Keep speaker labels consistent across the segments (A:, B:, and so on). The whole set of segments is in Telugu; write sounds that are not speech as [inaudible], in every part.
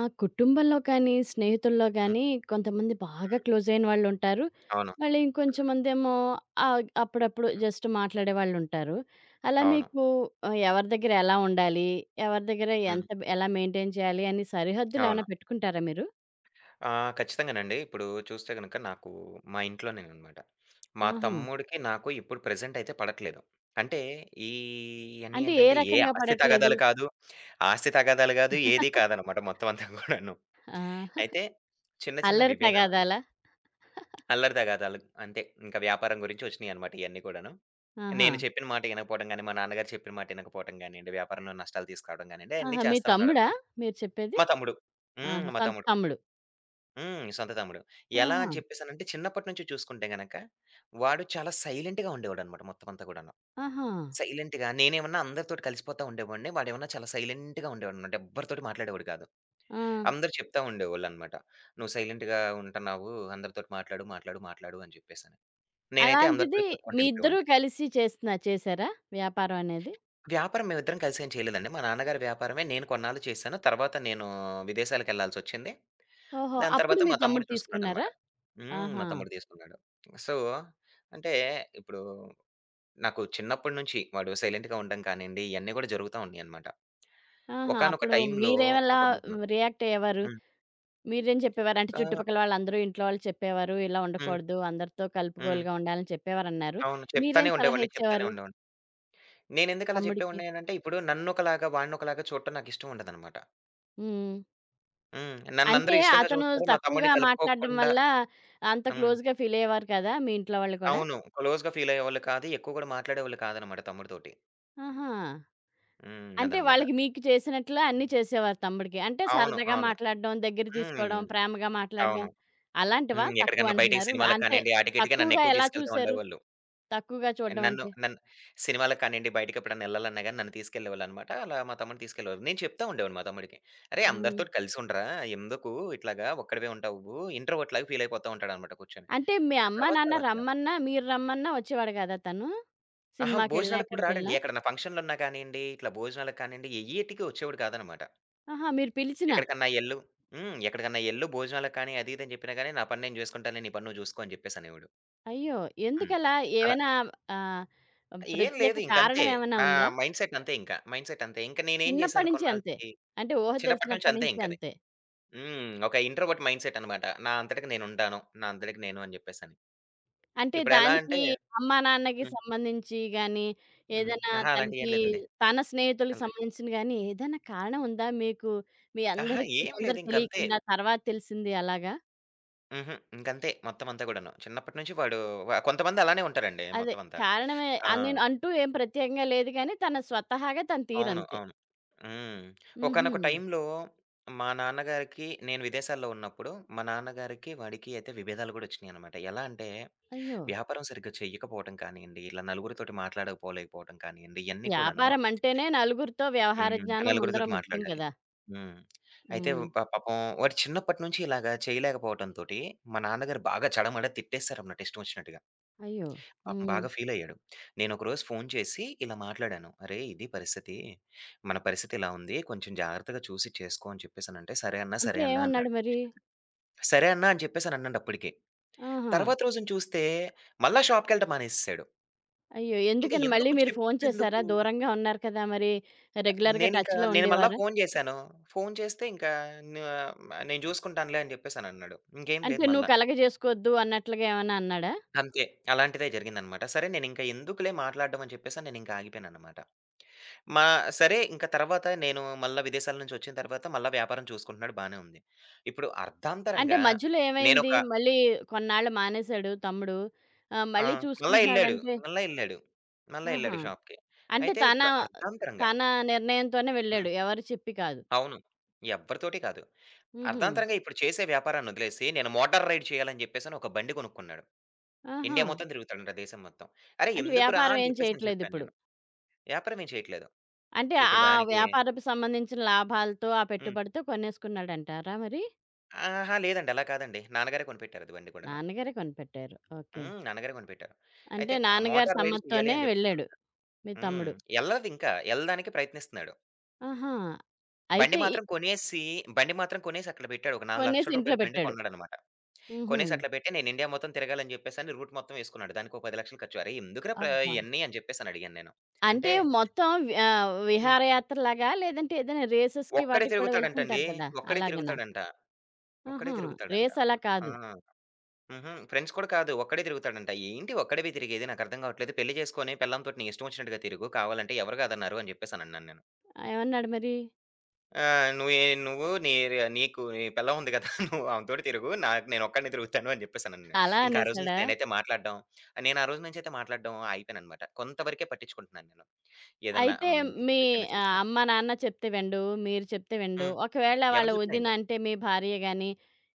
A: ఆ! కుటుంబంలో కానీ, స్నేహితుల్లో
B: హ్మ్.
A: గానీ కొంతమంది బాగా క్లోజయిన వాళ్ళుంటారు.
B: అవును.
A: మళ్ళీ ఇంకొంచెం మందేమో అప్పుడప్పుడు
B: హ్మ్.
A: జస్ట్ మాట్లాడే వాళ్ళుంటారు. అలా
B: అవును.
A: మీకు ఎవరి దగ్గర ఎలా ఉండాలి? ఎవరి దగ్గర
B: హ్మ్.
A: ఎంత ఎలా మెయింటైన్ చేయాలి అని సరిహద్దులేమైనా
B: అవును.
A: పెట్టుకుంటారా మీరు?
B: ఖచ్చితంగానండి. ఇప్పుడు చూస్తే గనక నాకు మా ఇంట్లోనేననమాట. మా
A: ఆహా!
B: తమ్ముడికి, నాకు ఇప్పుడు ప్రెజెంట్ అయితే పడట్లేదు. అంటే ఈ ఇయన్నీ
A: అంటే ఏ
B: ఏంటంటే ఏ
A: రకంగా
B: ఆస్తి
A: పడట్లేదు?
B: తగాదాలు కాదు, ఆస్తి తగాదాలు కాదు, ఏది
A: [laughs]
B: కాదనమాట మొత్తం అంతా కూడాను.
A: ఆ!
B: అయితే చిన్న చిన్న
A: అల్లరి
B: విభేదాలనమాట.
A: తగాదాలా?
B: అల్లరి తగాదాలు అంతే. ఇంకా వ్యాపారం గురించి వచ్చినియనమాట ఇయన్నీ కూడాను.
A: ఆహా!
B: నేను చెప్పిన మాట ఇనకపోవడం గాని, మా నాన్నగారు చెప్పిన మాట ఇనకపోవడం గానియండి, వ్యాపారంలో నష్టాలు తీసుకురావడం గానియండి, అయన్నీ
A: ఆహా! మీ
B: చేస్తా
A: తమ్ముడా
B: ఉన్నాడనమాట.
A: మీరు చెప్పేది?
B: మా తమ్ముడు. హ్మ్.
A: ఆహా!
B: మా
A: సొంత
B: తమ్ముడు.
A: తమ్ముడు.
B: హ్మ్. సొంత తమ్ముడు. ఎలా
A: ఆహా!
B: అని చెప్పేసనంటే చిన్నప్పటి నుంచి చూసుకుంటే గనక, వాడు చాలా సైలెంట్‌గా ఉండేవాడన్నమాట మొత్తం అంతా గూడాను.
A: ఆహా!
B: సైలెంట్‌గా నేనేమన్నా అందరితోటి కలిసిపోతా ఉండేవాడిని. వాడేమన్నా చాలా సైలెంట్‌గా ఉండేవాడన్నమాట. ఎవ్వరితోటి మాట్లాడేవాడు కాదు.
A: ఆ!
B: అందరూ చెప్తా ఉండేవాళ్ళన్నమాట. "నువ్వు సైలెంట్‌గా ఉంటున్నావు. అందరితోటి మాట్లాడు, మాట్లాడు, మాట్లాడు" అని చెప్పేసని. నేనైతే
A: అలాంటిది
B: అందరితోటి కలుపుకుంటూ
A: మీ ఇద్దరూ
B: ఎళ్ళిపోయేవాడిని.
A: కలిసి చేసారా? వ్యాపారం అనేది?
B: వ్యాపారం మేమిద్దరం కలిసేం చేయలేదండి. మా నాన్నగారి వ్యాపారమే నేను కొన్నాళ్ళు చేశాను. తర్వాత నేను విదేశాలకెళ్ళాల్సొచ్చింది.
A: ఓహో!
B: దాని
A: అప్పుడు
B: తర్వాత
A: మీ
B: మా తమ్ముడు
A: తమ్ముడు తీసుకున్నారా?
B: చూసుకున్నాడనమాట. హ్మ్.
A: ఆహా!
B: మా తమ్ముడు తీసుకున్నాడు. సో, అంటే ఇప్పుడు నాకు చిన్నప్పటి నుంచి వాడు సైలెంట్‌గా ఉండడం కానియండి, ఇయన్నీ కూడా జరుగుతా ఉన్నాయనమాట.
A: ఆహా!
B: ఒకానొక
A: అప్పుడు
B: టైంలో
A: మీరెలా
B: ఒక రోజున
A: రియాక్ట్ అయ్యేవారు?
B: హ్మ్.
A: మీరేం చెప్పేవారు? అంటే
B: ఆహ్,
A: చుట్టుపక్కల వాళ్ళందరూ ఇంట్లో వాళ్ళు చెప్పేవారు, ఇలా
B: హ్మ్.
A: ఉండకూడదు, అందరితో
B: హ్మ్.
A: కలుపుగోలుగా ఉండాలని చెప్పేవారన్నారు.
B: అవును.
A: మీరేం
B: చెప్తానే
A: సలహా
B: ఉండేవాడిని, చెప్తానే
A: ఇచ్చేవారు
B: ఉండేవాడిని. నేనెందుకు అలా
A: తమ్ముడికి?
B: చెప్పేవాడిని అనంటే, ఇప్పుడు నన్నొకలాగా, వాడినొకలాగా చూడటం నాకిష్టం ఉండదనమాట.
A: హ్మ్.
B: హ్మ్.
A: అంటే
B: నన్నందరూ ఇష్టంగా
A: అతను
B: చూస్తారు. మా
A: తక్కువగా
B: తమ్ముడిని
A: మాట్లాడడం
B: కలుపుకోకుండా
A: వల్ల అంత
B: హ్మ్.
A: క్లోజ్‌గా ఫీల్ అయ్యేవారు కదా! మీ ఇంట్లో వాళ్ళు కూడా?
B: అవును. క్లోజ్‌గా ఫీలయ్యేవాళ్ళు కాదు. ఎక్కువ కూడా మాట్లాడేవాళ్ళు కాదనమాట తమ్ముడితోటి.
A: ఆహా!
B: హ్మ్.
A: అంటే
B: అదనమాట.
A: వాళ్ళకి మీకు చేసినట్లు అన్నీ చేసేవారు తమ్ముడికి. అంటే
B: అవును.
A: సరదాగా
B: అవును.
A: మాట్లాడడం, దగ్గర తీసుకోవడం,
B: హ్మ్.
A: ప్రేమగా మాట్లాడడం
B: అవును.
A: అలాంటివా
B: హ్మ్.
A: తక్కువ
B: ఎక్కడికన్నా బయటికి
A: అంటున్నారు?
B: సినిమాలకు
A: అంటే
B: కానియండి, ఆటికి ఈటికి
A: తక్కువగా
B: నన్నెక్కువ
A: ఎలా
B: తీసుకెళ్తా
A: చూసారు?
B: ఉండేవాళ్ళు.
A: తక్కువగా చూడడం
B: నన్ను
A: అంటే?
B: నన్ను సినిమాలకు కానియండి, బయటికి ఎప్పుడన్నా ఎళ్ళాలన్నా గాని నన్ను తీసుకెళ్ళేవాళ్ళనమాట. అలా మా తమ్ముడిని తీసుకెళ్ళేవారు. నేను చెప్తా ఉండేవాడిని మా తమ్ముడికి. "అరేయ్!
A: హ్మ్.
B: అందరితోటి కలిసి ఉండరా. ఎందుకు ఇట్లాగా ఒక్కడివే ఉంటావు. ఇంట్రోవర్ట్ లాగా ఫీల్ అయిపోతా" ఉంటాడనమాట కూర్చొని.
A: అంటే మీ
B: ఇంకా
A: అమ్మా,
B: తర్వాత
A: నాన్న
B: తర్వాతగా
A: రమ్మన్నా, మీరు రమ్మన్నా వచ్చేవాడు కాదా తను?
B: అహా!
A: సినిమాకెళ్ళినా,
B: భోజనాలకు కూడా
A: ఎక్కడికెళ్ళినా?
B: రాడండి. ఎక్కడన్నా ఫంక్షన్‌లున్నా కానియండి, ఇట్లా భోజనాలకు కానియండి, ఎయ్యేటికి వచ్చేవాడు కాదనమాట.
A: ఆహా! మీరు పిలిచినా?
B: ఎక్కడికన్నా ఎళ్ళు హ్మ్. ఎక్కడికన్నా ఎళ్ళు భోజనాలకు కానీ, అది ఇది అని చెప్పినా గాని, "నా పని నేను జూసుకుంటానులే. నీ పని నువ్వు జూసుకో" అని చెప్పేసనేవాడు.
A: అయ్యో!
B: హ్మ్.
A: ఎందుకలా?
B: అలా
A: ఏవైనా ఆహ్,
B: ఏం
A: ప్రత్యేక
B: లేదు ఇంకంతే.
A: కారణం ఏమైనా
B: నా
A: ఉందా?
B: మైండ్‌సెట్ అంతే ఇంక. మైండ్‌సెట్ అంతే. ఇంక నేనేం
A: చిన్నప్పటి
B: చేశాను
A: నుంచి అంతే.
B: కొన్నాళ్ళకి
A: అంటే ఊహ
B: చిన్నప్పటి నుంచి
A: తెలిసినప్పటి
B: అంతే
A: నుంచి
B: ఇంకది.
A: అంతే.
B: హ్మ్. ఒక ఇంట్రోవర్ట్ మైండ్‌సెట్ అనమాట. నా అంతటికి నేనుంటాను. నా అంతటికి నేను అని చెప్పేసని.
A: అంటే
B: ఇప్పుడెలా
A: దానికి
B: అంటే
A: అమ్మా, నాన్నకి
B: హ్మ్.
A: సంబంధించి గాని,
B: హ్మ్.
A: ఏదైనా
B: అహా! అలాంటియేం
A: తనకి
B: లేదండి.
A: తన స్నేహితులకి
B: అలా
A: సంబంధించింది గాని, ఏదైనా కారణం ఉందా మీకు? మీ
B: అహా!
A: అందరికీ
B: ఏం
A: ముందర
B: లేదు ఇంకంతే.
A: తెలియకుండా తర్వాత తెలిసింది అలాగా?
B: హుహు. ఇంకంతే మొత్తం అంతా కూడాను. చిన్నప్పటి నుంచి వాడు కొంతమంది అలానే ఉంటారండి
A: అదే
B: మొత్తం అంతా.
A: కారణమే
B: ఆ!
A: అని అంటూ ఏం ప్రత్యేకంగా లేదు గానీ, తన స్వతహాగా తన
B: అవును.
A: తీరంతే.
B: అవును. హ్మ్.
A: హుహు.
B: ఒకానొక టైంలో మా నాన్నగారికి నేను విదేశాల్లో ఉన్నప్పుడు, మా నాన్నగారికి, వాడికి అయితే విభేదాలు గూడా ఒచ్చినియనమాట. ఎలా అంటే,
A: అయ్యో!
B: వ్యాపారం సరిగ్గా చెయ్యకపోవటం కానియ్యండి, ఇలా నలుగురితోటి మాట్లాడకపోలేకపోవటం కానియ్యండి, ఇయన్నీ కూడాను
A: వ్యాపారం అంటేనే నలుగురితో వ్యవహార
B: హ్మ్.
A: జ్ఞానం ముందర
B: నలుగురితోటి
A: ముఖ్యం
B: మాట్లాడాలి.
A: కదా!
B: హ్మ్. అయితే
A: హ్మ్.
B: పాపం వాడు చిన్నప్పటి నుంచి ఇలాగా చేయలేకపోవటంతోటి, మా నాన్నగారు బాగా చడమడ తిట్టేసారనమాట ఇష్టమొచ్చినట్టుగా.
A: అయ్యో!
B: పాపం
A: హ్మ్.
B: బాగా ఫీలయ్యాడు. నేనొకరోజు ఫోను చేసి ఇలా మాట్లాడాను. "అరేయ్! ఇది పరిస్థితి. మన పరిస్థితి ఇలా ఉంది. కొంచెం జాగ్రత్తగా చూసి చేసుకో" అని చెప్పేసనంటే, "సరే అన్నా,
A: అంటే
B: సరే అన్నా"
A: ఏమన్నాడు
B: అన్నాడు.
A: మరి?
B: సరే అన్నా అని చెప్పేసనన్నాడప్పటికే.
A: ఆహా!
B: తర్వాత రోజున చూస్తే మళ్ళా షాప్‌కెళ్ళటం మానేసేసాడు.
A: అయ్యో!
B: ఇంక
A: ఎందుకని మళ్ళీ
B: ఎందుకు
A: మీరు ఫోను చేసారా?
B: చెప్పెందుకు?
A: దూరంగా ఉన్నారు కదా! మరి రెగ్యులర్‌గా టచ్‌లో
B: నేను మళ్ళా
A: ఉండేవారా?
B: ఫోను చేశాను. ఫోను చేస్తే ఇంకా న "నేను చూసుకుంటానులే" అని చెప్పేసనన్నాడు. ఇంకేం
A: అంటే
B: లేదు
A: "నువ్వు
B: మళ్ళా.
A: కలగజేసుకోవద్దు" అన్నట్లుగా ఏమన్నా అన్నాడా?
B: అంతే. అలాంటిదే జరిగిందనమాట. సరే నేనింక ఎందుకులే మాట్లాడడం అని చెప్పేసని నేనింక ఆగిపోయాననమాట. మా సరే ఇంక తర్వాత నేను మళ్ళా విదేశాల నుంచి వచ్చిన తర్వాత మళ్ళా వ్యాపారం చూసుకుంటున్నాడు బానే ఉంది. ఇప్పుడు
A: అంటే
B: అర్ధాంతరంగా
A: మధ్యలో ఏమైంది?
B: నేనొక
A: మళ్ళీ కొన్నాళ్ళు మానేసాడు తమ్ముడు.
B: ఆ!
A: మళ్ళీ
B: మళ్ళా ఎళ్ళాడు.
A: చూసుకుంటున్నాడంటే
B: మళ్ళా ఎళ్ళాడు. మళ్ళా
A: ఆహా!
B: ఎళ్ళాడు షాప్‌కి.
A: అంటే
B: అయితే
A: తన
B: ఇప్పుడు అర్ధాంతరంగా
A: తన నిర్ణయంతోనే
B: హ్మ్.
A: వెళ్ళాడు. ఎవరు చెప్పి కాదు.
B: అవును. ఎవ్వరితోటి కాదు.
A: హుహు.
B: అర్ధాంతరంగా ఇప్పుడు చేసే వ్యాపారాన్ని వదిలేసి నేను మోటార్ రైడ్ చేయాలని జెప్పేసని ఒక బండి కొనుక్కున్నాడు.
A: ఆహా!
B: ఇండియా మొత్తం తిరుగుతాడంట దేశం మొత్తం. "అరె!
A: అంటే
B: ఎందుకురా"
A: వ్యాపారం
B: అని
A: ఏం
B: జెప్పేసని చెప్పాను
A: చేయట్లేదిప్పుడు.
B: నేను. వ్యాపారం ఏం చేయట్లేదు.
A: అంటే
B: ఇప్పుడు
A: ఆ
B: దానికి
A: వ్యాపారపు సంబంధించిన లాభాలతో, ఆ
B: హ్మ్.
A: పెట్టుబడితో కొనేసుకున్నాడంటారా మరి?
B: ఆహా! లేదండి అలా కాదండి. నాన్నగారే కొనిపెట్టారు అది బండి కూడాను.
A: నాన్నగారే కొనిపెట్టారు. ఓకే.
B: హ్మ్. నాన్నగారే కొనిపెట్టారు.
A: అంటే
B: అయితే
A: నాన్నగారి
B: మోటార్ రైడ్ చేయాలి
A: సమ్మతితోనే
B: అని జెప్పేసని.
A: వెళ్ళాడు మీ
B: హ్మ్.
A: తమ్ముడు.
B: ఎళ్ళదింకా. ఎళ్ళడానికి ప్రయత్నిస్తున్నాడు.
A: ఆహా!
B: బండి
A: అయితే
B: మాత్రం కొనేసి బండి మాత్రం కొనేసి అక్కడ బెట్టాడు. ఒక రూ.
A: కొనేసి
B: 4,00,000
A: ఇంట్లో
B: బండి
A: పెట్టాడు.
B: కొన్నాడనమాట.
A: హుహు.
B: కొనేసి అట్లా బెట్టి నేను ఇండియా మొత్తం తిరగాలని జెప్పేసని రూట్ మొత్తం యేసుకున్నాడు. దానికో 10,00,000 ఖర్చు. "అరేయ్! ఎందుకురా
A: అబ్బా!
B: ఇయన్నీ" అని జెప్పేసనడిగాను నేను.
A: అంటే
B: అంటే
A: మొత్తం
B: హ్మ్.
A: విహారయాత్రలాగా లేదంటే ఏదైనా రేసెస్‌కి
B: ఒక్కడే
A: వాటికి కూడా
B: తిరుగుతాడంటండి.
A: వెళ్తుంటారు కదా!
B: ఒక్కడే
A: అలాగనా?
B: తిరుగుతాడంట. ఒక్కడే
A: ఆహా!
B: తిరుగుతాడంట.
A: రేస్ అలా
B: ఆ!
A: కాదు.
B: హుహు. ఫ్రెండ్స్ కూడా కాదు. ఒక్కడే తిరుగుతాడంట. ఏంటి ఒక్కడివే తిరిగేది? నాకర్థం కావట్లేదు. పెళ్లి చేసుకొని పెళ్ళాంతోటి నీ ఇష్టం వచ్చినట్టుగా తిరుగు. కావాలంటే ఎవరు కాదన్నారు అని చెప్పేసనన్నాను నేను.
A: ఆ, ఏమన్నాడు మరి?
B: ఆహ్, నువ్వే నువ్వు నీ నీకు నీ పెళ్ళాం ఉంది కదా! [laughs] నువ్వు ఆమెతోటి తిరుగు. నాకు నేనొక్కడినే తిరుగుతాను అని చెప్పేసనన్నాను.
A: అలా
B: ఇంకా ఆ రోజు నుంచి
A: అనేసాడా?
B: నేనైతే మాట్లాడడం నేను ఆ రోజు నుంచయితే మాట్లాడడం ఆగిపోయాననమాట. కొంతవరకే పట్టించుకుంటున్నాను నేను. ఏదన్నా
A: అయితే
B: హ్మ్.
A: మీ
B: చెప్పినా చేసినా.
A: అమ్మ, నాన్న చెప్తే వినడు, మీరు చెప్తే వినడు.
B: హ్మ్.
A: ఒకవేళ వాళ్ళ
B: ఎవరు చెప్పినా
A: వదిన
B: ఏంటో.
A: అంటే మీ భార్య గాని,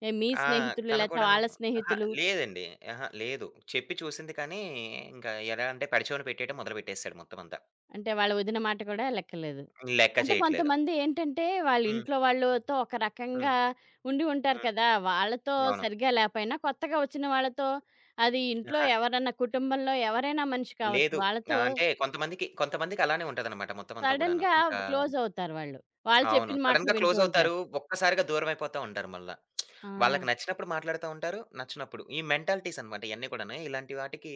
A: మీ
B: ఆ!
A: స్నేహితులు
B: తను
A: లేతే
B: కూడాను
A: వాళ్ళ
B: అహా!
A: స్నేహితులు
B: లేదండి. అహా! లేదు. చెప్పి చూసింది కానీ, ఇంకా ఎలా అంటే పరిచయం పెట్టేయడం మొదలుపెట్టేసాడు మొత్తం అంతా.
A: అంటే వాళ్ళ వదిన మాట కూడా లెక్కలేదు.
B: లెక్క
A: అంటే
B: చేయట్లేదు.
A: కొంతమంది ఏంటంటే, వాళ్ళ
B: హ్మ్.
A: ఇంట్లో వాళ్ళతో ఒక
B: హ్మ్.
A: రకంగా ఉండి ఉంటారు
B: హ్మ్.
A: కదా! వాళ్ళతో
B: అవును.
A: సరిగ్గా లేపోయినా, కొత్తగా వచ్చిన వాళ్ళతో అది ఇంట్లో
B: అహా!
A: ఎవరన్నా కుటుంబంలో ఎవరైనా మనిషి కావచ్చు.
B: లేదు.
A: వాళ్ళతో
B: అంటే కొంతమందికి కొంతమందికి అలానే ఉంటదనమాట మొత్తం అంతా గూడాను.
A: సడెన్‌గా
B: ఇంకా
A: క్లోజవుతారు వాళ్ళు. వాళ్ళు
B: అవును.
A: చెప్పిన మాటలు
B: సడెన్‌గా
A: వింటూ
B: క్లోజవుతారు.
A: ఉంటారు.
B: ఒక్కసారిగా దూరమైపోతా ఉంటారు మళ్ళా.
A: ఆ!
B: వాళ్ళకి నచ్చినప్పుడు మాట్లాడుతా ఉంటారు. నచ్చనప్పుడు. ఈ మెంటాలిటీస్ అనమాట ఇయన్నీ కూడాను. ఇలాంటి వాటికి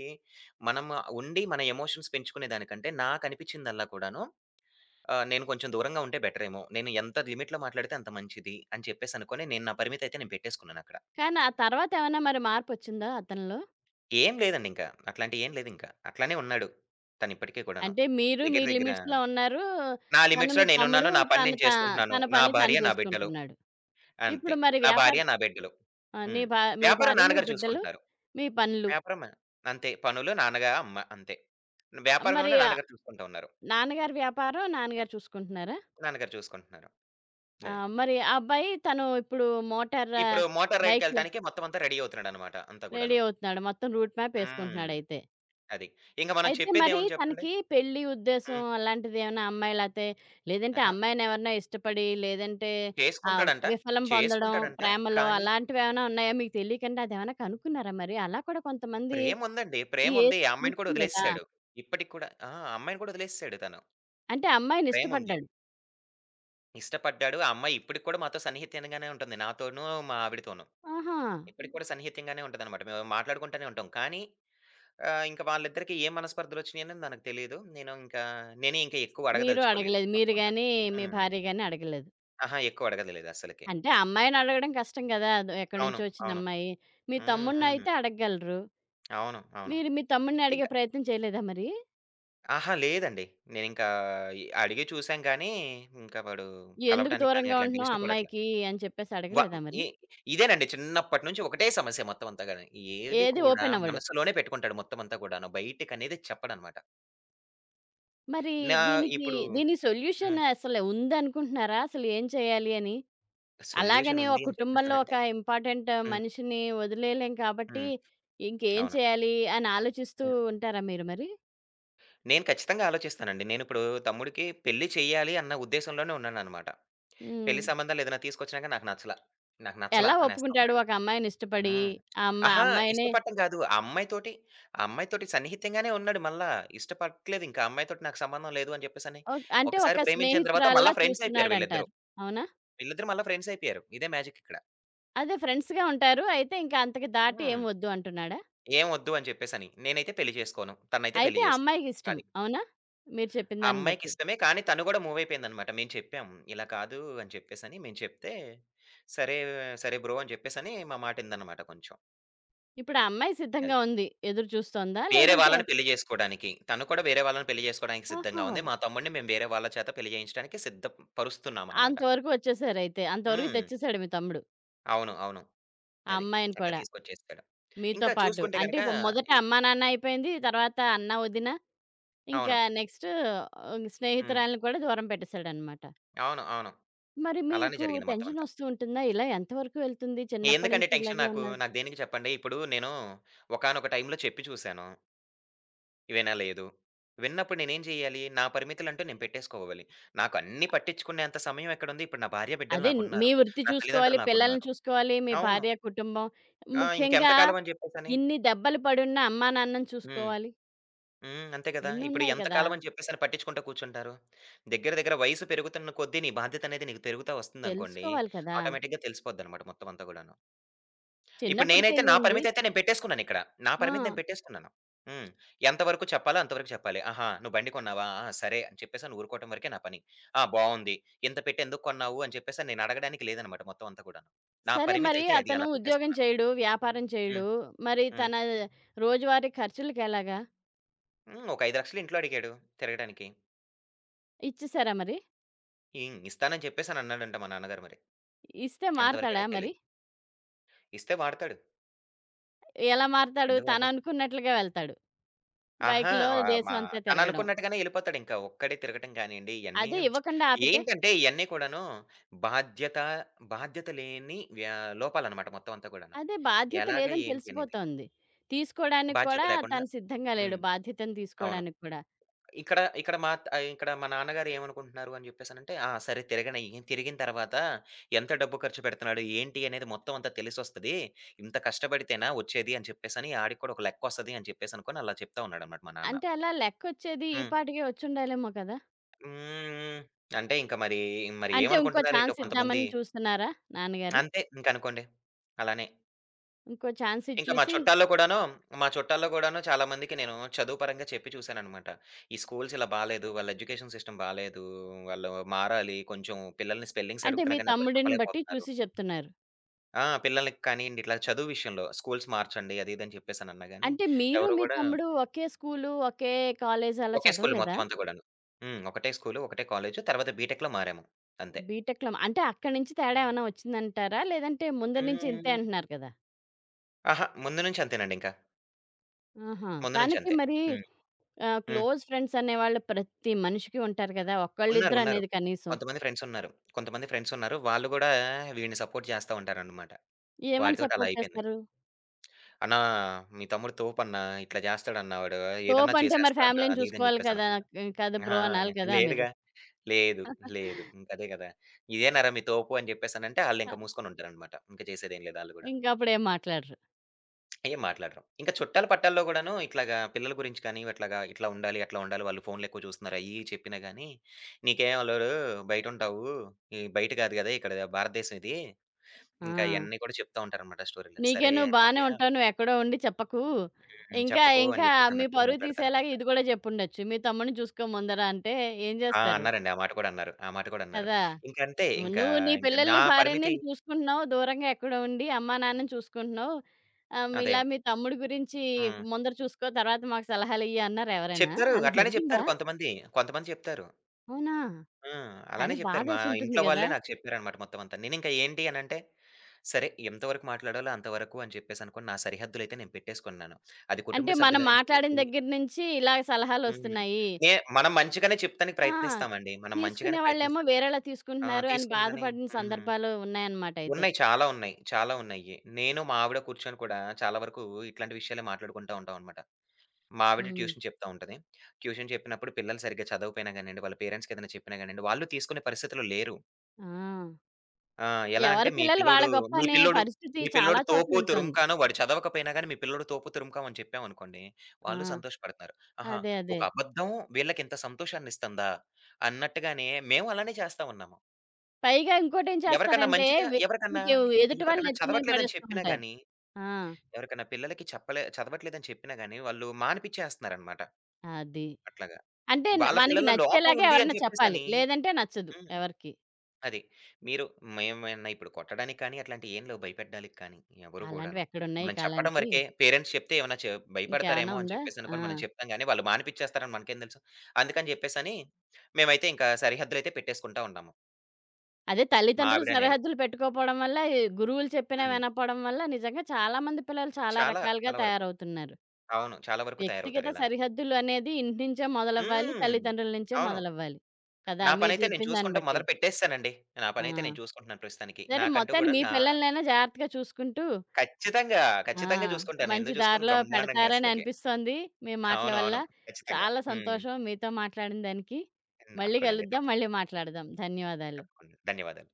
B: మనం ఉండి మన ఎమోషన్స్ పెంచుకునే దానికంటే నాకనిపించిందల్లా కూడాను నేను కొంచెం దూరంగా ఉంటే బెటరేమో. నేను ఎంత లిమిట్‌లో మాట్లాడితే అంత మంచిది అని చెప్పేసనుకోని నేను నా పరిమితయితే నేను పెట్టేసుకున్నానక్కడ.
A: కానీ ఆ తర్వాత ఏమన్నా మరి మార్పొచ్చిందా అతనిలో?
B: ఏం లేదండి ఇంకా. అట్లాంటియేం లేదింకా. అట్లానే ఉన్నాడు. తనిప్పటికి కూడాను.
A: అంటే మీరు మీ
B: దగ్గర దగ్గర
A: లిమిట్స్‌లో ఉన్నారు.
B: నా
A: తను
B: లిమిట్స్‌లో
A: మీ తమ్ముడు
B: నేనున్నాను. నా పని
A: తను
B: నేను
A: తా
B: చేసుకుంటున్నాను.
A: తన
B: నా
A: పని తను
B: భార్య, నా బిడ్డలు.
A: చేసుకుంటున్నాడు. ఇప్పుడు
B: అంతే.
A: మరి
B: నా
A: వ్యాపారం
B: భార్య, నా బిడ్డలు.
A: ఆ! నీ
B: హ్మ్.
A: భా మీ
B: వ్యాపారం
A: భార్య, మీ
B: నాన్నగారు
A: బిడ్డలు,
B: చూసుకుంటున్నారు.
A: మీ పనులు.
B: వ్యాపారం అంతే. పనులు అమ్మ అంతే. వ్యాపారమేమో
A: మరి
B: నాన్నగారు చూసుకుంటా ఉన్నారు.
A: నాన్నగారి వ్యాపారం నాన్నగారు చూసుకుంటున్నారా?
B: నాన్నగారు చూసుకుంటున్నారు.
A: ఆ!
B: అది.
A: మరి ఆ అబ్బాయి తను ఇప్పుడు మోటార్
B: ఇప్పుడు మోటార్
A: బైక్‌లో
B: రైడ్‌కెళ్ళటానికి మొత్తం అంతా రెడీ అవుతున్నాడనమాట అంతా
A: రెడీ
B: గూడాను.
A: అవుతున్నాడు. మొత్తం రూట్ మ్యాప్
B: హ్మ్.
A: ఏసుకుంటున్నాడయితే.
B: అది. ఇంక
A: అయితే
B: మనం
A: అయితే మరి
B: చెప్పేదేముంది చెప్పండి?
A: తనకి పెళ్లి ఉద్దేశం
B: హ్మ్.
A: అలాంటిదేమన్నా అమ్మాయి లేతే లేదంటే
B: అహా!
A: అమ్మాయినెవరినో ఇష్టపడి, లేదంటే
B: చేసుకుంటాడంట.
A: విఫలం పొందడం
B: చేసుకుంటాడంట.
A: ప్రేమలో
B: కానీ
A: అలాంటివేమైనా ఉన్నాయా? మీకు తెలియకుండా అదేమైనా కనుక్కున్నారా మరి? అలా కూడా కొంతమంది
B: ప్రేముందండి.
A: ఈ
B: ప్రేముంది.
A: ఏజ్
B: ఆ అమ్మాయిని కూడా
A: ఉంటుంది గదా!
B: వదిలేసేసాడు. ఇప్పటికి కూడా ఆ! ఆ అమ్మాయిని కూడా వదిలేసేసాడు తను.
A: అంటే అమ్మాయిని
B: ప్రేముంది.
A: ఇష్టపడ్డాడు.
B: ఇష్టపడ్డాడు. ఆ అమ్మాయి ఇప్పటికి కూడా మాతో సన్నిహితంగానే ఉంటుంది. నాతోనూ, మా ఆవిడతోనూ.
A: ఆహా!
B: ఇప్పటికి కూడా సన్నిహితంగానే ఉంటదనమాట. మేము మాట్లాడుకుంటూనే ఉంటాం. కానీ ఇంక వాళ్ళిద్దరికీ ఏ మనస్పర్ధలొచ్చినాయని నాకు తెలీదు. నేను ఇంకా నేనే ఇంకా ఎక్కువ
A: మీరు
B: అడగదలుచుకోలేదు
A: అడగలేదు. మీరు
B: మొత్తం అంతా.
A: గాని, మీ
B: హ్మ్.
A: భార్య గాని అడగలేదు.
B: అహా! ఎక్కువ అడగలేదు అస్సలకి.
A: అంటే అమ్మాయిని అడగడం కష్టం కదా! అదో ఎక్కడి
B: అవును.
A: నుంచో వచ్చిన
B: అవును.
A: అమ్మాయి. మీ
B: హ్మ్. హ్మ్.
A: తమ్ముడినయితే అడగగలరు.
B: అవును. అవును.
A: మీరు మీ తమ్ముడిని అడిగే ప్రయత్నం చేయలేదా మరి?
B: అహా! లేదండి. నేనింకా ఇ అడిగి చూసాం గానీ, ఇంకా వాడు
A: ఎందుకు
B: కలవటానికి కానీ
A: దూరంగా
B: అట్లాంటివి
A: ఉంటున్నావు
B: ఇష్టపడట్ల.
A: అమ్మాయికి అని చెప్పేసి
B: వ
A: అడగలేదా మరి?
B: ఇ ఇదేనండి చిన్నప్పటి నుంచి ఒకటే సమస్య మొత్తం అంతా గాని. ఏది
A: ఏది
B: కూడా
A: ఓపెన్ అవ్వడు.
B: మనసులోనే పెట్టుకుంటాడు మొత్తం అంతా కూడాను. బయటికనేది చెప్పడనమాట.
A: మరి
B: నా
A: దీనికి
B: ఇప్పుడు
A: దీని సొల్యూషన్
B: హ్మ్.
A: అసలు ఉందనుకుంటున్నారా? అసలు ఏం చేయాలి అని? అలాగని
B: సొల్యూషనుంది
A: ఒక
B: అని
A: కుటుంబంలో ఒక
B: చెప్పేసనంటే
A: ఇంపార్టెంట్
B: హ్మ్.
A: మనిషిని వదిలేయలేం కాబట్టి,
B: హ్మ్.
A: ఇంకేం
B: అవును.
A: చేయాలి అని ఆలోచిస్తూ
B: హ్మ్.
A: ఉంటారా మీరు మరి?
B: నేను ఖచ్చితంగా ఆలోచిస్తానండి. నేనిప్పుడు తమ్ముడికి పెళ్లి చెయ్యాలి అన్న ఉద్దేశంలోనే ఉన్నాననమాట.
A: హ్మ్.
B: పెళ్లి సంబంధాలేదైనా తీసుకొచ్చినా గాని నాకు నచ్చలా. నాకు నచ్చలా
A: ఎలా
B: అనేస్తా
A: ఒప్పుకుంటాడు
B: ఉన్నాడు.
A: ఒక అమ్మాయిని ఇష్టపడి,
B: హ్మ్.
A: ఆ అమ్మా
B: అహా!
A: అమ్మాయినే
B: ఇష్టపడటం కాదు. ఆ అమ్మాయితోటి సన్నిహితంగానే ఉన్నాడు మళ్ళా. ఇష్టపడట్లేదింకా. ఆ అమ్మాయితోటి నాకు సంబంధం లేదు అని చెప్పేసని.
A: ఓకే. అంటే
B: ఒకసారి
A: ఒక
B: ప్రేమించిన తర్వాత
A: స్నేహితురాల్లా
B: మళ్ళా ఫ్రెండ్స్ అయిపోయారు వీళ్ళిద్దరూ.
A: చూస్తున్నాడంటారు. అవునా?
B: వీళ్ళిద్దరూ మళ్ళా ఫ్రెండ్స్ అయిపోయారు. ఇదే మ్యాజిక్ ఇక్కడ.
A: అదే ఫ్రెండ్స్‌గా ఉంటారు. అయితే ఇంకా అంతకు దాటి ఏం
B: హ్మ్.
A: వద్దు అంటున్నాడా?
B: ఏం వద్దు అని చెప్పేసని. నేనైతే పెళ్లి చేసుకోను. తనైతే
A: అయితే
B: పెళ్లి
A: ఆ
B: చేసుకోను.
A: అమ్మాయికిష్టం.
B: అది.
A: అవునా? మీరు చెప్పిన
B: ఆ
A: దాన్ని
B: అమ్మాయికి
A: బట్టి.
B: ఇష్టమే కానీ తను కూడా మూవ్ అయిపోయిందనమాట. మేము చెప్పాం. ఇలా కాదు అని చెప్పేసని మేము చెప్తే, సరే, సరే బ్రో! అని చెప్పేసని మా మాటిందనమాట కొంచెం.
A: ఇప్పుడు ఆ అమ్మాయి
B: అది.
A: సిద్ధంగా ఉంది. ఎదురు చూస్తోందా?
B: వేరే
A: లేదంటే
B: వాళ్ళని పెళ్లి చేసుకోడానికి. తను కూడా వేరే వాళ్ళని పెళ్లి చేసుకోవడానికి
A: ఓహో!
B: సిద్ధంగా ఉంది. మా తమ్ముడిని మేము వేరే వాళ్ళ చేత పెళ్లి చేయించడానికి సిద్ధపరుస్తున్నామనమాట.
A: అంతవరకు వచ్చేసారయితే. అంతవరకు
B: హ్మ్.
A: తెచ్చేసాడు మీ తమ్ముడు.
B: అవును. అవును.
A: ఆ
B: అది.
A: అమ్మాయిని
B: అట్లా
A: కూడా
B: తీసుకొచ్చేసాడు.
A: మీతో
B: ఇంకా
A: పాటు.
B: చూసుకుంటే
A: అంటే
B: గనక
A: ఇప్పుడు మొదట
B: ఇ
A: అమ్మా, నాన్న అయిపోయింది. తర్వాత అన్న, వదిన ఇంకా
B: అవును.
A: నెక్స్ట్
B: హ్మ్.
A: స్నేహితురాలిని కూడా దూరం పెట్టేసాడనమాట.
B: అవును. అవును.
A: మరి
B: అలానే
A: మీకు
B: జరిగింది మొత్తం అంతా.
A: టెన్షనొస్తూ ఉంటుందా? ఇలా ఎంత వరకు వెళ్తుంది? చిన్నప్పటి
B: ఎందుకండి
A: నుంచి
B: టెన్షన్
A: ఇలాగే
B: నాకు?
A: ఉన్నాడు.
B: నాకు దేనికి చెప్పండి? ఇప్పుడు నేను ఒకానొక టైంలో చెప్పి చూసాను. వినలేదు. విన్నప్పుడు నేనేం చేయాలి? నా పరిమితులంటూ నేను పెట్టేసుకోవాలి. నాకు అన్నీ పట్టించుకునేంత సమయం ఎక్కడుంది? ఇప్పుడు నా భార్య, బిడ్డలు
A: అదే మీ
B: నాకున్నారు.
A: వృత్తి
B: నా
A: చూసుకోవాలి,
B: తల్లిదండ్రులు
A: పిల్లల్ని
B: నాకున్నారు.
A: చూసుకోవాలి, మీ
B: అవును.
A: భార్య, కుటుంబం.
B: ఆ! ఇంకెంత
A: ముఖ్యంగా
B: కాలం అని జెప్పేసని.
A: ఇన్ని దెబ్బలు పడున్న అమ్మా, నాన్నని
B: హ్మ్.
A: చూసుకోవాలి.
B: హ్మ్. అంతే గదా! ఇప్పుడు
A: ఇన్నున్నాయి
B: ఎంత
A: కదా!
B: కాలం అని జెప్పేసని పట్టించుకుంటా కూర్చుంటారు. దగ్గర దగ్గర వయసు పెరుగుతున్న కొద్దీ నీ బాధ్యతనేది నీకు పెరుగుతా వస్తుందనుకోండి,
A: తెలుసుకోవాలి కదా!
B: ఆటోమేటిక్‌గా తెలిసిపోద్దనమాట మొత్తం అంతా గూడాను. ఇప్పుడు
A: చిన్నప్పుడు
B: నేనైతే నా
A: తెలియంది.
B: పరిమితయితే నేను పెట్టేసుకున్నానిక్కడ. నా
A: ఆ!
B: పరిమితి నేను పెట్టేసుకున్నాను. హ్మ్. ఎంత వరకు చెప్పాలో అంత వరకు చెప్పాలి. ఆహా! నువ్వు బండి కొన్నావా? ఆ! సరే అని చెప్పేసని ఊరుకోవటం వరకే నా పని. ఆ! బావుంది. ఇంత పెట్టి ఎందుకు కొన్నావు అని చెప్పేసని నేను అడగడానికి లేదనమాట మొత్తం అంతా గూడాను. నా
A: సరే మరి
B: పరిమితయితే అది
A: అతను
B: అలా
A: ఉద్యోగం
B: పెట్టేసుకున్నాను.
A: చేయడు, వ్యాపారం చేయడు.
B: హ్మ్.
A: మరి
B: హ్మ్.
A: తన రోజువారీ ఖర్చులకెలాగా?
B: హ్మ్. ఒక 5,00,000 ఇంట్లో అడిగాడు తిరగడానికి.
A: ఇచ్చేసారా మరి?
B: హ్మ్. ఇస్తానని చెప్పేసనన్నాడంట మా నాన్నగారు మరి.
A: ఇస్తే మారతాడా
B: ఎంతవరకనేది
A: మరి?
B: తెలీదు. ఇస్తే వాడతాడు.
A: ఎలా మారతాడు?
B: ఎందుకు వాడడు?
A: తననుకున్నట్లుగా వెళ్తాడు.
B: అహా!
A: బైక్‌లో
B: ఆహ్, మా
A: దేశమంతా తిరగడం.
B: తననుకున్నట్టుగానే ఎళ్ళిపోతాడింకా. ఒక్కడే తిరగటం గానియండి, ఇయన్నీ
A: అదే ఇవ్వకుండా ఆపితే?
B: ఏంటంటే ఇయన్నీ కూడాను బాధ్యత, బాధ్యత లేని వ్య లోపాలనమాట మొత్తం అంతా కూడాను.
A: అదే బాధ్యత
B: ఎలాగా
A: లేదని
B: ఏంటి అనేది.
A: తెలిసిపోతోంది. తీసుకోడానికి
B: బాధ్యత
A: కూడా
B: లేకుండా
A: తను సిద్ధంగా లేడు.
B: హ్మ్.
A: బాధ్యతను
B: అవును.
A: తీసుకోడానికి కూడా.
B: ఇక్కడ ఇక్కడ మా త ఇక్కడ మా నాన్నగారు ఏమనుకుంటున్నారు అని జెప్పేసనంటే, ఆ! సరే తిరగనియి. తిరిగిన తర్వాత ఎంత డబ్బు ఖర్చు పెడుతున్నాడు, ఏంటి అనేది మొత్తం అంతా తెలిసొస్తది. ఇంత కష్టపడితేనా వచ్చేది అని చెప్పేసని, ఆడికి కూడా ఒక లెక్కొస్తది అని చెప్పేసనుకోని అలా చెప్తా ఉన్నాడనమాట మా నాన్న.
A: అంటే అలా లెక్కొచ్చేది ఈ
B: హ్మ్.
A: పాటికే వచ్చుండాలేమో కదా!
B: హ్మ్. హ్మ్. అంటే ఇంక మరి, మరి
A: అంటే ఇంకో
B: ఏమనుకుంటున్నారేంటో
A: ఛాన్స్
B: కొంతమంది.
A: ఇద్దామని చూస్తున్నారా నాన్నగారు?
B: అంతే ఇంకనుకోండి. అలానే.
A: ఇంకో ఛాన్స్ ఇచ్చి
B: ఇంకా మా
A: చూసి
B: చుట్టాల్లో కూడాను, మా చుట్టాల్లో కూడాను చాలా మందికి నేను చదువు పరంగా చెప్పి చూశాననమాట. ఈ స్కూల్స్ ఇలా బాలేదు. వాళ్ళ ఎడ్యుకేషన్ సిస్టమ్ బాలేదు. వాళ్ళు మారాలి. కొంచెం పిల్లల్ని స్పెల్లింగ్స్
A: అంటే మీ
B: అడుగుతున్నా గాని ఎవ్వరు
A: తమ్ముడిని బట్టి
B: చెప్పలేకపోతున్నారు.
A: చూసి చెప్తున్నారు.
B: ఆ! పిల్లలకి కానియండి ఇట్లా చదువు విషయంలో స్కూల్స్ మార్చండి. అది ఇది అని చెప్పేసనన్నా గాని
A: అంటే మీరు,
B: ఎవరు
A: మీ
B: గూడా
A: తమ్ముడు ఒకే స్కూలు, ఒకే కాలేజు అలా
B: ఒకే స్కూల్
A: చదవలేదా?
B: మొత్తం అంతా గూడాను. హ్మ్. ఒకటే స్కూలు, ఒకటే కాలేజు. తర్వాత బీటెక్‌లో మారాము. అంతే.
A: బీటెక్‌లో అంటే అక్కడి నుంచి తేడా ఏమన్నా వచ్చిందంటారా? లేదంటే ముందు నుంచి ఇంతే
B: హ్మ్.
A: అంటున్నారు కదా!
B: అహా! ముందు నుంచి అంతేనండింకా.
A: ఆహా!
B: ముందు నుంచి
A: తనకి
B: అంతే.
A: మరి
B: హ్మ్.
A: ఆ!
B: హ్మ్.
A: క్లోజ్ ఫ్రెండ్స్ అనేవాళ్ళు ప్రతి మనిషికి ఉంటారు కదా!
B: ఉన్నారు.
A: ఒకళ్ళిద్దరు
B: ఉన్నారు.
A: అనేది కనీసం.
B: కొంతమంది ఫ్రెండ్స్ ఉన్నారు. కొంతమంది ఫ్రెండ్స్ ఉన్నారు. వాళ్ళు గూడా వీడిని సపోర్ట్ చేస్తా ఉంటారనమాట.
A: ఏమని
B: వాడితోటి అలా
A: సపోర్ట్
B: అయిపోయింది.
A: చేస్తారు?
B: "అన్నా మీ తమ్ముడు తోపన్నా. ఇట్లా చేస్తాడన్నా వాడు. ఏదన్నా
A: తోపంటే మరి
B: చేసేస్తాడన్నా"
A: ఫ్యామిలీ‌ని
B: అది ఇది అని
A: చూసుకోవాలి
B: చెప్పేసి
A: కదా!
B: అనుకుంటా.
A: కదా బ్రో!
B: అహా!
A: అనాలి కదా మీరు.
B: లేదుగా. లేదు. లేదు. ఇంకదే గదా! "ఇదేనారా మీ తోపు" అని చెప్పేసనంటే
A: ఆ!
B: ఆళ్ళింక మూసుకొనుంటారనమాట. ఇంక చేసేదేం లేదు ఆళ్ళు గూడా.
A: ఇంకప్పుడు ఏం మాట్లాడరు.
B: ఏం మాట్లాడరు. ఇంకా చుట్టాల పట్టాల్లో గూడాను ఇట్లాగా పిల్లల గురించి కానీ, అట్లాగా ఇట్లా ఉండాలి, అట్లా ఉండాలి, వాళ్ళు ఫోన్‌లెక్కువ చూస్తున్నారు, అయ్యి ఇయ్యి చెప్పినా గానీ, "నీకేం అల్లుడు బయటుంటావు. ఈ బయట కాదు గదా! ఇక్కడ భారతదేశం ఇది."
A: ఆ!
B: ఇంకా ఇయన్నీ కూడా చెప్తా ఉంటారనమాట స్టోరీలు. "సరే
A: నువ్వు బానే
B: మావయ్య
A: ఉంటావు. నువ్వెక్కడో ఉండి చెప్పకు.
B: హ్మ్.
A: ఇంకా,
B: చెప్పకు" అని
A: ఇంకా
B: చెప్పేసి
A: మీ
B: అన్నట్టుగా
A: పరువు తీసేలాగా
B: మాట్లాడతారనమాట.
A: ఇది కూడా చెప్పుండొచ్చు. మీ తమ్ముడిని చూసుకో ముందర అంటే ఏం
B: ఆ!
A: చేస్తారు?
B: అన్నారండి. ఆ మాట కూడా అన్నారు.
A: కదా!
B: ఇంకంతే ఇంకా,
A: నువ్వు నీ
B: ఇంకా నా
A: పిల్లల్ని, భార్యని
B: పరిమితి
A: చూసుకుంటున్నావు. దూరంగా ఎక్కడో ఉండి అమ్మా, నాన్నని చూసుకుంటున్నావు.
B: అదే.
A: ఇలా మీ తమ్ముడి గురించి
B: హ్మ్.
A: ముందర చూసుకో. తర్వాత మాకు సలహాలియ్యి అన్నారా ఎవరైనా?
B: చెప్తారు.
A: అలా
B: అట్లానే
A: జరిగిందా?
B: చెప్తారు కొంతమంది. కొంతమంది చెప్తారు.
A: అవునా?
B: ఆ!
A: కానీ
B: అలానే చెప్పారు. మా
A: బాధేసుంటుంది
B: ఇంట్లో
A: గదా!
B: వాళ్ళే నాకు చెప్పారనమాట మొత్తం అంతా. నేనింకా ఏంటి అనంటే, సరే ఎంతవరకు మాట్లాడాలో అంతవరకు అని చెప్పేసనుకోని నా సరిహద్దులైతే నేను పెట్టేసుకున్నాను. అది కుటుంబ
A: అంటే మనం మాట్లాడిన
B: సభ్యులైనివ్వండి
A: దగ్గర నుంచి ఇలా
B: హ్మ్.
A: సలహాలొస్తున్నాయి.
B: నే మనం మంచిగానే చెప్తానికి
A: ఆ!
B: ప్రయత్నిస్తామండి. మనం మంచిగానే
A: తీసుకునేవాళ్ళేమో
B: ప్రయత్నిస్తానికి
A: వేరేలా
B: చెప్తాం. ఆ!
A: తీసుకుంటున్నారు అని
B: తీసుకుందని
A: బాధపడిన
B: హ్మ్.
A: సందర్భాలు ఉన్నాయన్నమాట అయితే.
B: ఉన్నాయి. చాలా ఉన్నాయి. నేను మా ఆవిడ కూర్చొని కూడా చాలా వరకు ఇట్లాంటి విషయాలే మాట్లాడుకుంటా ఉంటామనమాట. మా ఆవిడ
A: హ్మ్.
B: ట్యూషన్ చెప్తా ఉంటది. ట్యూషన్ చెప్పినప్పుడు పిల్లలు సరిగ్గా చదవకపోయినా గానియండి, వాళ్ళ పేరెంట్స్‌కేదైనా చెప్పినా గానియండి, వాళ్ళు తీసుకునే పరిస్థితిలో లేరు.
A: ఆ!
B: ఆ! ఎలా అంటే
A: ఎవరి పిల్లలు వాళ్ళ గొప్ప
B: మీ
A: అనే
B: పిల్లోడు,
A: పరిస్థితి
B: మీ
A: చాలా
B: పిల్లోడు
A: చోట్ల
B: తోపు
A: ఉంటోంది.
B: తురుంకాను వాడు చదవకపోయినా గాని మీ పిల్లోడు తోపు తురుంకాం అని చెప్పామనుకోండి,
A: ఆ!
B: వాళ్ళు సంతోషపడుతున్నారు. ఆహా!
A: అదే.
B: ఒక అబద్ధం వీళ్ళకింత సంతోషాన్నిస్తందా అన్నట్టుగానే మేము అలానే చేస్తా ఉన్నాము.
A: పైగా ఇంకోటేం
B: ఎవరికన్నా
A: చేస్తారంటే
B: మంచిగా ఎవరికన్నా,
A: వ్యక్తికి ఎదుటి వాళ్ళ
B: ఎవరికన్నా
A: నెత్తి మీద
B: చదవట్లేదని
A: పడేస్తూ
B: చెప్పినా
A: ఉంటారు.
B: గాని,
A: ఆ!
B: ఎవరికన్నా పిల్లలకి చదవట్లేదని చెప్పినా గాని, వాళ్ళు మానిపిచ్చేస్తన్నారనమాట
A: అది.
B: అట్లాగా.
A: అంటే
B: వాళ్ళ
A: మనకి
B: పిల్లల్లో లోపం
A: నచ్చేలాగా
B: ఉంది అని
A: ఎవరైనా చెప్పాలి.
B: చెప్పేసని
A: లేదంటే నచ్చదు
B: హ్మ్.
A: ఎవరికీ.
B: అది. మీరు మేమేమన్నా ఇప్పుడు కొట్టడానికి కానీ, అట్లాంటియి ఏం లేవు భయపెట్టడానికి కానీ ఎవరు కూడాను.
A: అలాంటివెక్కడున్నాయి
B: మనం
A: ఈ
B: చెప్పడం
A: కాలానికి?
B: వరకే పేరెంట్స్ చెప్తే ఏమన్నా చె
A: ఇంకేమన్నా
B: భయపడతారేమో అని
A: ఉందా? ఆ!
B: చెప్పేసనుకోని మనం చెప్తాం గానీ, వాళ్ళు మానిపిచ్చేస్తారని మనకేం తెలుసు. అందుకని చెప్పేసని మేమైతే ఇంకా సరిహద్దులైతే పెట్టేసుకుంటా ఉంటాము.
A: అదే
B: మా
A: తల్లిదండ్రులు
B: ఆవిడ నేను.
A: సరిహద్దులు పెట్టుకోపోవడం వల్ల, ఈ గురువులు చెప్పినా
B: హ్మ్.
A: వినకపోవడం వల్ల నిజంగా చాలా మంది పిల్లలు చాలా
B: చాలా,
A: రకాలుగా
B: చాలా వరకు.
A: తయారవుతున్నారు.
B: అవును. చాలా వరకు
A: వ్యక్తిగత
B: తయారవుతారు ఇలానే.
A: సరిహద్దులు అనేది ఇంటి నుంచే మొదలవ్వాలి.
B: హ్మ్.
A: తల్లిదండ్రుల నుంచే
B: అవును.
A: మొదలవ్వాలి. కదా!
B: నా
A: మీరు
B: పనైతే నేను
A: చెప్పిన దాన్ని
B: చూసుకుంటా
A: బట్టి.
B: మొదలు పెట్టేసేసానండి. నా
A: ఆ!
B: పనైతే నేను చూసుకుంటున్నాను ప్రస్తుతానికి.
A: సరే
B: నాకంటూ
A: మొత్తానికి
B: కూడా
A: మీ
B: నా
A: పిల్లలనైనా జాగ్రత్తగా చూసుకుంటూ
B: ఖచ్చితంగా,
A: ఆ!
B: ఖచ్చితంగా చూసుకుంటాను.
A: మంచి
B: ఎందుకు చూసుకోను
A: దారిలో
B: బ్రహ్మాండంగా
A: పెడతారని
B: అసలకి.
A: అనిపిస్తోంది మీ మాటల
B: అవును.
A: వల్ల.
B: అవును. ఖచ్చితంగా.
A: చాలా
B: హ్మ్.
A: సంతోషం మీతో మాట్లాడిన దానికి. మళ్ళీ
B: అక్కడండి.
A: కలుద్దాం. మళ్ళీ
B: తప్పకుండా.
A: మాట్లాడదాం. ధన్యవాదాలు.
B: తప్పకుండా. ధన్యవాదాలు.